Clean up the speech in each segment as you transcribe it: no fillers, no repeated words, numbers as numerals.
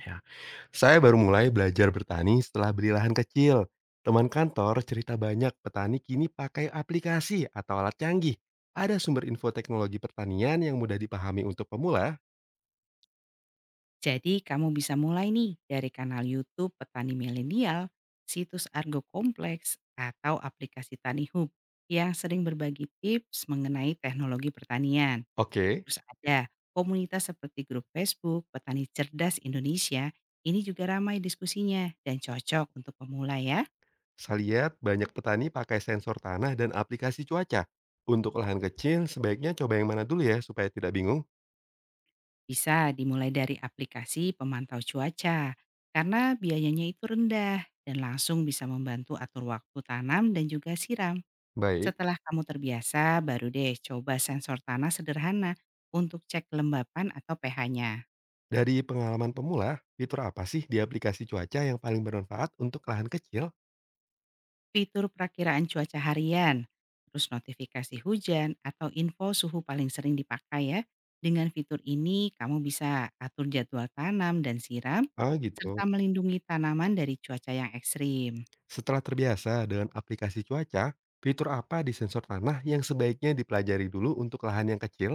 Ya, saya baru mulai belajar bertani setelah beli lahan kecil. Teman kantor cerita banyak petani kini pakai aplikasi atau alat canggih. Ada sumber info teknologi pertanian yang mudah dipahami untuk pemula? Jadi kamu bisa mulai nih dari kanal YouTube Petani Milenial, situs Argo Kompleks, atau aplikasi Tanihub yang sering berbagi tips mengenai teknologi pertanian. Oke, Terus ada komunitas seperti grup Facebook Petani Cerdas Indonesia, ini juga ramai diskusinya dan cocok untuk pemula ya. saya lihat banyak petani pakai sensor tanah dan aplikasi cuaca. Untuk lahan kecil, sebaiknya coba yang mana dulu ya supaya tidak bingung. Bisa dimulai dari aplikasi pemantau cuaca, karena biayanya itu rendah dan langsung bisa membantu atur waktu tanam dan juga siram. Baik, Setelah kamu terbiasa, baru deh coba sensor tanah sederhana untuk cek kelembapan atau pH-nya. dari pengalaman pemula, fitur apa sih di aplikasi cuaca yang paling bermanfaat untuk lahan kecil? Fitur perakiraan cuaca harian, terus notifikasi hujan atau info suhu paling sering dipakai ya. Dengan fitur ini, kamu bisa atur jadwal tanam dan siram, Ah gitu. serta melindungi tanaman dari cuaca yang ekstrim. Setelah terbiasa dengan aplikasi cuaca, fitur apa di sensor tanah yang sebaiknya dipelajari dulu untuk lahan yang kecil?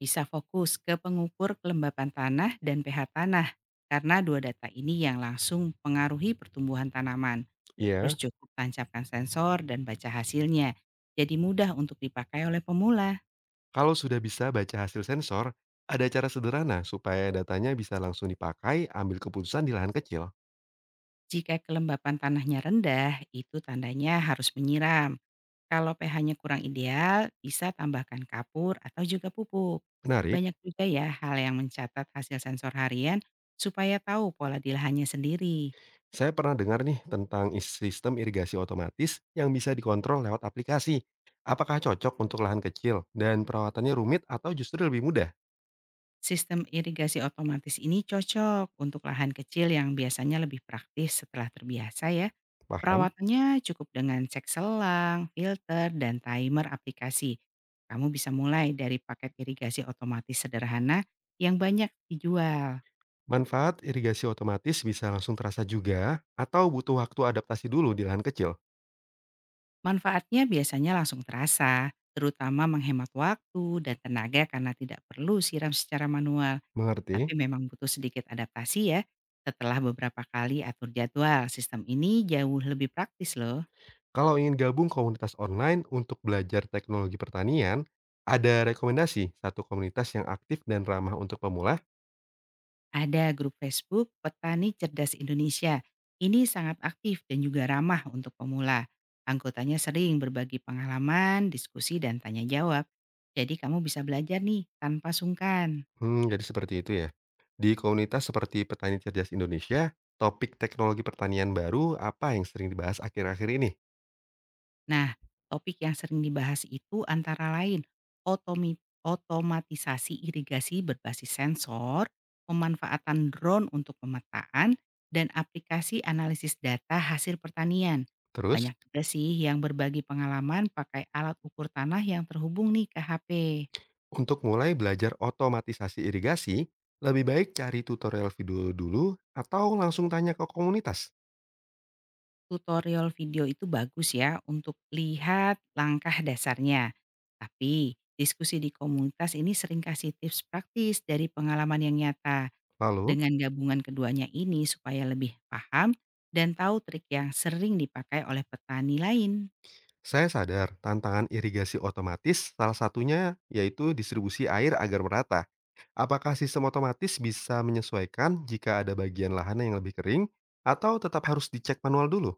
Bisa fokus ke pengukur kelembapan tanah dan pH tanah, karena dua data ini yang langsung pengaruhi pertumbuhan tanaman. Terus Iya, cukup tancapkan sensor dan baca hasilnya. Jadi mudah untuk dipakai oleh pemula. kalau sudah bisa baca hasil sensor, ada cara sederhana supaya datanya bisa langsung dipakai ambil keputusan di lahan kecil. Jika kelembapan tanahnya rendah, itu tandanya harus menyiram. Kalau pH-nya kurang ideal, bisa tambahkan kapur atau juga pupuk. Menarik, Banyak juga ya hal yang mencatat hasil sensor harian supaya tahu pola di lahannya sendiri. saya pernah dengar nih tentang sistem irigasi otomatis yang bisa dikontrol lewat aplikasi. Apakah cocok untuk lahan kecil dan perawatannya rumit atau justru lebih mudah? Sistem irigasi otomatis ini cocok untuk lahan kecil yang biasanya lebih praktis setelah terbiasa ya. Paham? Perawatannya cukup dengan cek selang, filter, dan timer aplikasi. Kamu bisa mulai dari paket irigasi otomatis sederhana yang banyak dijual. Manfaat irigasi otomatis bisa langsung terasa juga, atau butuh waktu adaptasi dulu di lahan kecil. Manfaatnya biasanya langsung terasa, terutama menghemat waktu dan tenaga karena tidak perlu siram secara manual. Tapi Mengerti? memang butuh sedikit adaptasi ya. Setelah beberapa kali atur jadwal, sistem ini jauh lebih praktis loh. Kalau ingin gabung komunitas online untuk belajar teknologi pertanian, ada rekomendasi satu komunitas yang aktif dan ramah untuk pemula? Ada grup Facebook Petani Cerdas Indonesia. Ini sangat aktif dan juga ramah untuk pemula. Anggotanya sering berbagi pengalaman, diskusi, dan tanya jawab. Jadi kamu bisa belajar nih tanpa sungkan. Hmm, jadi seperti itu ya. Di komunitas seperti Petani Cerdas Indonesia, topik teknologi pertanian baru apa yang sering dibahas akhir-akhir ini? Nah, topik yang sering dibahas itu antara lain otomi otomatisasi irigasi berbasis sensor, pemanfaatan drone untuk pemetaan, dan aplikasi analisis data hasil pertanian. Terus, Banyak juga sih yang berbagi pengalaman pakai alat ukur tanah yang terhubung nih ke HP. untuk mulai belajar otomatisasi irigasi, lebih baik cari tutorial video dulu atau langsung tanya ke komunitas. Tutorial video itu bagus ya untuk lihat langkah dasarnya. Tapi diskusi di komunitas ini sering kasih tips praktis dari pengalaman yang nyata. Lalu, Dengan gabungan keduanya ini supaya lebih paham dan tahu trik yang sering dipakai oleh petani lain. saya sadar tantangan irigasi otomatis salah satunya yaitu distribusi air agar merata. Apakah sistem otomatis bisa menyesuaikan jika ada bagian lahan yang lebih kering atau tetap harus dicek manual dulu?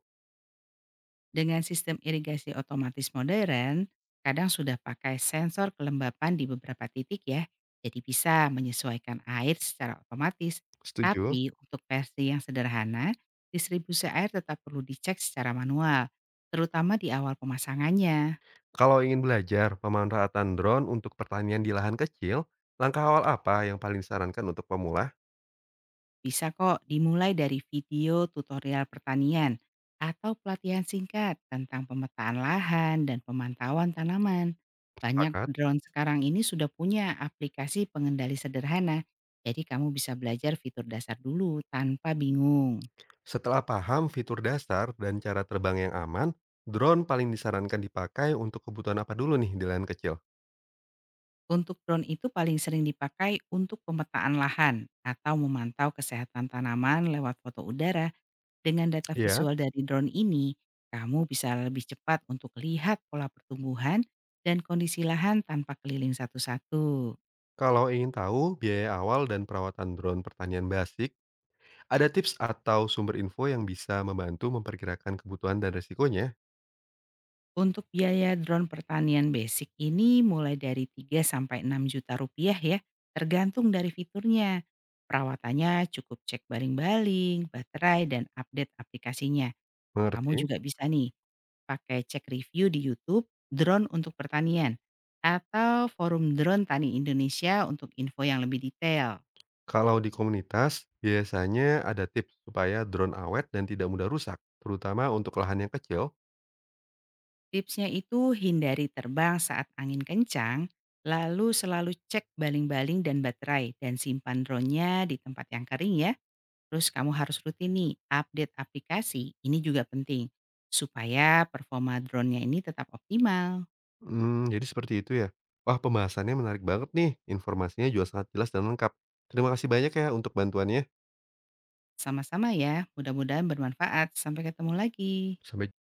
Dengan sistem irigasi otomatis modern, kadang sudah pakai sensor kelembapan di beberapa titik ya, jadi bisa menyesuaikan air secara otomatis. Setuju. Tapi untuk versi yang sederhana, distribusi air tetap perlu dicek secara manual, terutama di awal pemasangannya. Kalau ingin belajar pemanfaatan drone untuk pertanian di lahan kecil, langkah awal apa yang paling disarankan untuk pemula? Bisa kok dimulai dari video tutorial pertanian atau pelatihan singkat tentang pemetaan lahan dan pemantauan tanaman. Banyak Sepakat. drone sekarang ini sudah punya aplikasi pengendali sederhana, jadi kamu bisa belajar fitur dasar dulu tanpa bingung. Setelah paham fitur dasar dan cara terbang yang aman, drone paling disarankan dipakai untuk kebutuhan apa dulu nih di lahan kecil? Untuk drone itu paling sering dipakai untuk pemetaan lahan atau memantau kesehatan tanaman lewat foto udara. Dengan data Iya. visual dari drone ini, kamu bisa lebih cepat untuk lihat pola pertumbuhan dan kondisi lahan tanpa keliling satu-satu. Kalau ingin tahu biaya awal dan perawatan drone pertanian basic, ada tips atau sumber info yang bisa membantu memperkirakan kebutuhan dan resikonya? Untuk biaya drone pertanian basic ini mulai dari 3 sampai 6 juta rupiah ya, tergantung dari fiturnya. Perawatannya cukup cek baling-baling, baterai, dan update aplikasinya. Kamu Mengerti? juga bisa nih pakai cek review di YouTube drone untuk pertanian atau forum drone tani Indonesia untuk info yang lebih detail. Kalau di komunitas, biasanya ada tips supaya drone awet dan tidak mudah rusak, terutama untuk lahan yang kecil. Tipsnya itu hindari terbang saat angin kencang, lalu selalu cek baling-baling dan baterai dan simpan drone-nya di tempat yang kering ya. Terus kamu harus rutin nih update aplikasi, ini juga penting supaya performa drone-nya ini tetap optimal. Mmm, jadi seperti itu ya? Wah, pembahasannya menarik banget nih, informasinya juga sangat jelas dan lengkap. Terima kasih banyak ya untuk bantuannya. Sama-sama ya, mudah-mudahan bermanfaat. Sampai ketemu lagi. Sampai